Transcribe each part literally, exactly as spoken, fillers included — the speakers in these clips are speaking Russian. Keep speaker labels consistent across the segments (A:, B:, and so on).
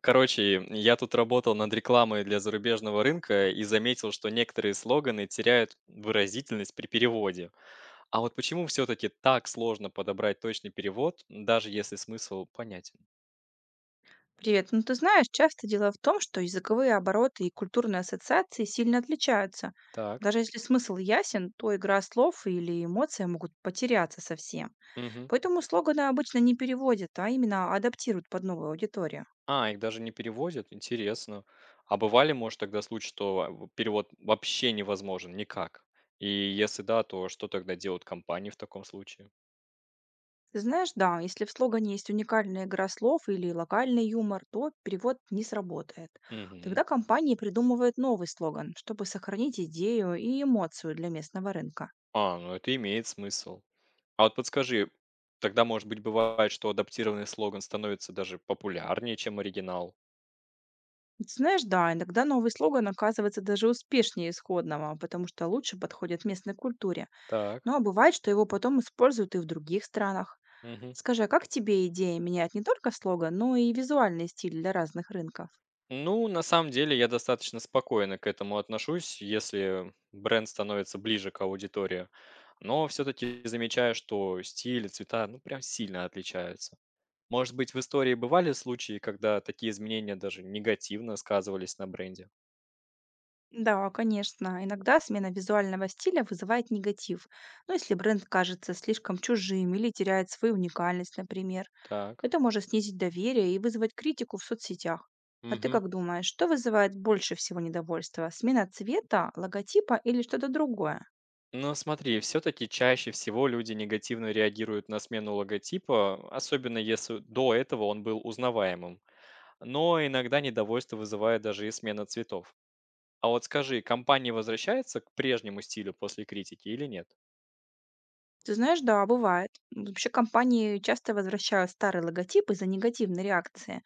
A: Короче, я тут работал над рекламой для зарубежного рынка и заметил, что некоторые слоганы теряют выразительность при переводе. А вот почему все-таки так сложно подобрать точный перевод, даже если смысл понятен?
B: Привет. Ну, ты знаешь, часто дело в том, что языковые обороты и культурные ассоциации сильно отличаются.
A: Так.
B: Даже если смысл ясен, то игра слов или эмоции могут потеряться совсем.
A: Мгм.
B: Поэтому слоганы обычно не переводят, а именно адаптируют под новую аудиторию.
A: А, их даже не переводят? Интересно. А бывали, может, тогда случаи, что а, в- перевод вообще невозможен никак? И если да, то что тогда делают компании в таком случае?
B: Ты знаешь, да, если в слогане есть уникальная игра слов или локальный юмор, то перевод не сработает.
A: Мгм.
B: Тогда компании придумывают новый слоган, чтобы сохранить идею и эмоцию для местного рынка.
A: А, ну это имеет смысл. А вот подскажи, тогда, может быть, бывает, что адаптированный слоган становится даже популярнее, чем оригинал?
B: Ты знаешь, да, иногда новый слоган оказывается даже успешнее исходного, потому что лучше подходит местной культуре.
A: Так.
B: Ну а бывает, что его потом используют и в других странах.
A: Мгм.
B: Скажи, а как тебе идея менять не только слоган, но и визуальный стиль для разных рынков?
A: Ну, на самом деле, я достаточно спокойно к этому отношусь, если бренд становится ближе к аудитории. Но все-таки замечаю, что стиль и цвета, ну, прям сильно отличаются. Может быть, в истории бывали случаи, когда такие изменения даже негативно сказывались на бренде?
B: Да, конечно. Иногда смена визуального стиля вызывает негатив. Ну, если бренд кажется слишком чужим или теряет свою уникальность, например.
A: Так.
B: Это может снизить доверие и вызвать критику в соцсетях. А ты
A: Мгм.
B: как думаешь, что вызывает больше всего недовольства? Смена цвета, логотипа или что-то другое?
A: Но смотри, все-таки чаще всего люди негативно реагируют на смену логотипа, особенно если до этого он был узнаваемым. Но иногда недовольство вызывает даже и смена цветов. А вот скажи, компания возвращается к прежнему стилю после критики или нет?
B: Ты знаешь, да, бывает. Вообще компании часто возвращают старый логотип из-за негативной реакции.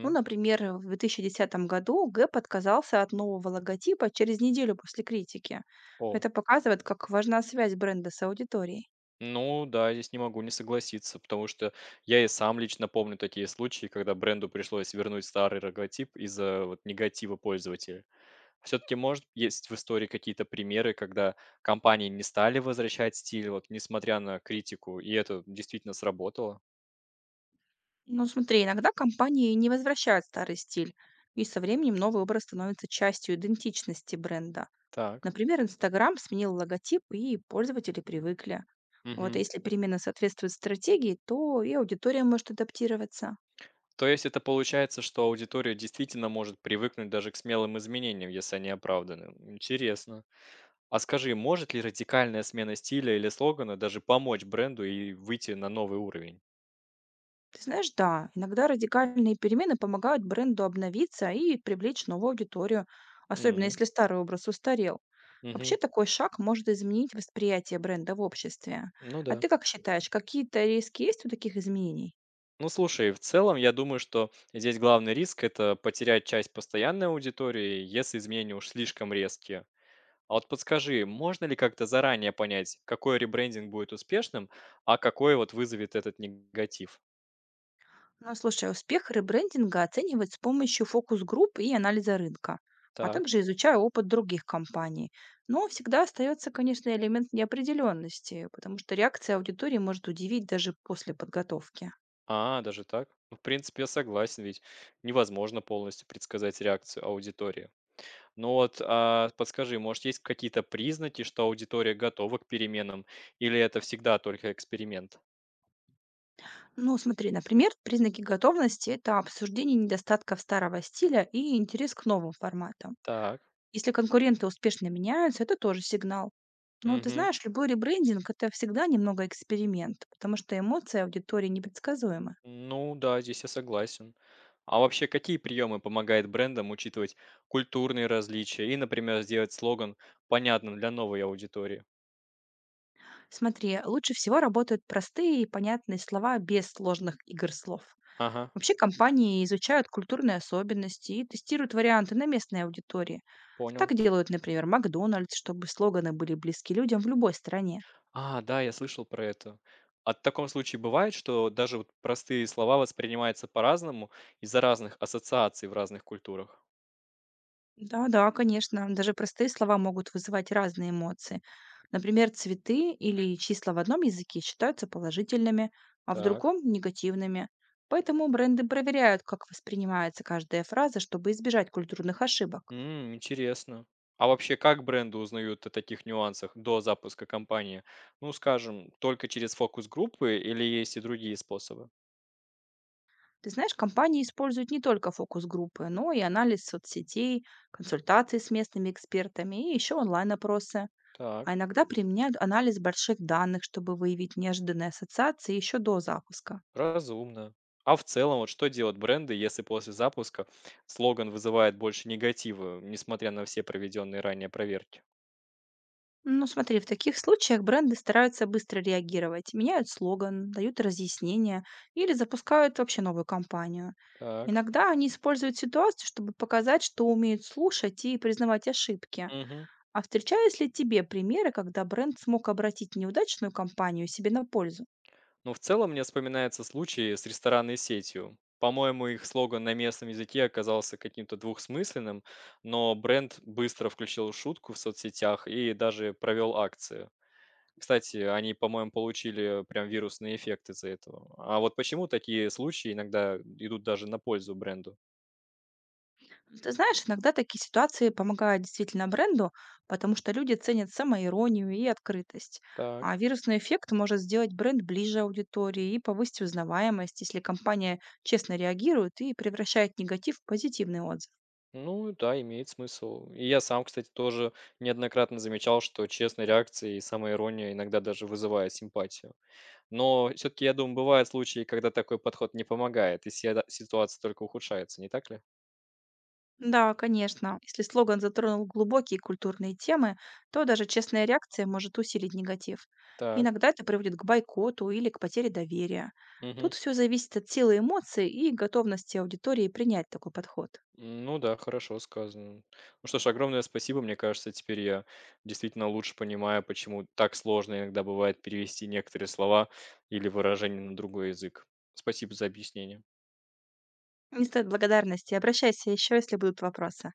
B: Ну, например, в две тысячи десятом году Гэп отказался от нового логотипа через неделю после критики.
A: О,
B: Это показывает, как важна связь бренда с аудиторией.
A: ну да, здесь не могу не согласиться, потому что я и сам лично помню такие случаи, когда бренду пришлось вернуть старый логотип из-за вот негатива пользователя. Все-таки, может, есть в истории какие-то примеры, когда компании не стали возвращать стиль, вот, несмотря на критику, и это действительно сработало?
B: Ну, смотри, иногда компании не возвращают старый стиль, и со временем новый образ становится частью идентичности бренда.
A: Так.
B: Например, Инстаграм сменил логотип, и пользователи привыкли. Вот а
A: Мгм.
B: если перемены соответствуют стратегии, то и аудитория может адаптироваться.
A: То есть это получается, что аудитория действительно может привыкнуть даже к смелым изменениям, если они оправданы. Интересно. А скажи, может ли радикальная смена стиля или слогана даже помочь бренду и выйти на новый уровень?
B: Ты знаешь, да, иногда радикальные перемены помогают бренду обновиться и привлечь новую аудиторию, особенно
A: М,
B: если старый образ устарел. Вообще
A: мгм.
B: такой шаг может изменить восприятие бренда в обществе.
A: Ну
B: А
A: да.
B: ты как считаешь, какие-то риски есть у таких изменений?
A: Ну, слушай, в целом, я думаю, что здесь главный риск — это потерять часть постоянной аудитории, если изменения уж слишком резкие. А вот подскажи, можно ли как-то заранее понять, какой ребрендинг будет успешным, а какой вот вызовет этот негатив?
B: Ну, слушай, успех ребрендинга оценивают с помощью фокус-групп и анализа рынка, а
A: Так.
B: также изучая опыт других компаний. Но всегда остается, конечно, элемент неопределенности, потому что реакция аудитории может удивить даже после подготовки.
A: А, даже так? Ну, в принципе, я согласен, ведь невозможно полностью предсказать реакцию аудитории. Ну вот, а, подскажи, может, есть какие-то признаки, что аудитория готова к переменам, или это всегда только эксперимент?
B: Ну, смотри, например, признаки готовности– это обсуждение недостатков старого стиля и интерес к новым форматам.
A: Так.
B: Если конкуренты успешно меняются, это тоже сигнал. Но ты
A: Мгм.
B: знаешь, любой ребрендинг– это всегда немного эксперимент, потому что эмоции аудитории непредсказуемы.
A: Ну да, здесь я согласен. А вообще, какие приемы помогают брендам учитывать культурные различия и, например, сделать слоган понятным для новой аудитории?
B: Смотри, лучше всего работают простые и понятные слова без сложных игр слов.
A: Ага,
B: Вообще компании изучают культурные особенности и тестируют варианты на местной аудитории. Так
A: понял.
B: делают, например, Макдональдс, чтобы слоганы были близки людям в любой стране.
A: А, да, я слышал про это. А в таком случае бывает, что даже вот простые слова воспринимаются по-разному из-за разных ассоциаций в разных культурах?
B: Да-да, конечно, даже простые слова могут вызывать разные эмоции. Например, цветы или числа в одном языке считаются положительными, а в
A: Так.
B: другом– негативными. Поэтому бренды проверяют, как воспринимается каждая фраза, чтобы избежать культурных ошибок.
A: М, интересно. А вообще, как бренды узнают о таких нюансах до запуска кампании? Ну, скажем, только через фокус-группы или есть и другие способы?
B: Ты знаешь, компании используют не только фокус-группы, но и анализ соцсетей, консультации с местными экспертами и еще онлайн-опросы. А
A: Так,
B: иногда применяют анализ больших данных, чтобы выявить неожиданные ассоциации еще до запуска.
A: разумно. А в целом, вот что делают бренды, если после запуска слоган вызывает больше негатива, несмотря на все проведенные ранее проверки?
B: Ну, смотри, в таких случаях бренды стараются быстро реагировать, меняют слоган, дают разъяснения или запускают вообще новую кампанию.
A: Так.
B: Иногда они используют ситуацию, чтобы показать, что умеют слушать и признавать ошибки.
A: Мгм.
B: А встречались ли тебе примеры, когда бренд смог обратить неудачную кампанию себе на пользу?
A: Ну, в целом мне вспоминается случай с ресторанной сетью. По-моему, их слоган на местном языке оказался каким-то двухсмысленным, но бренд быстро включил шутку в соцсетях и даже провел акцию. Кстати, они, по-моему, получили прям вирусный эффект из-за этого. А вот почему такие случаи иногда идут даже на пользу бренду?
B: Ну, ты знаешь, иногда такие ситуации помогают действительно бренду, потому что люди ценят самоиронию и открытость. А
A: Так.
B: вирусный эффект может сделать бренд ближе аудитории и повысить узнаваемость, если компания честно реагирует и превращает негатив в позитивный отзыв.
A: Ну да, имеет смысл. И я сам, кстати, тоже неоднократно замечал, что честная реакция и самоирония иногда даже вызывает симпатию. Но все-таки, я думаю, бывают случаи, когда такой подход не помогает, и седа- ситуация только ухудшается, не так ли?
B: Да, конечно. Если слоган затронул глубокие культурные темы, то даже честная реакция может усилить негатив.
A: Так.
B: Иногда это приводит к бойкоту или к потере доверия.
A: Мгм.
B: Тут все зависит от силы эмоций и готовности аудитории принять такой подход.
A: Ну да, хорошо сказано. Ну что ж, огромное спасибо. Мне кажется, теперь я действительно лучше понимаю, почему так сложно иногда бывает перевести некоторые слова или выражения на другой язык. Спасибо за объяснение.
B: Не стоит благодарности. Обращайся еще, если будут вопросы.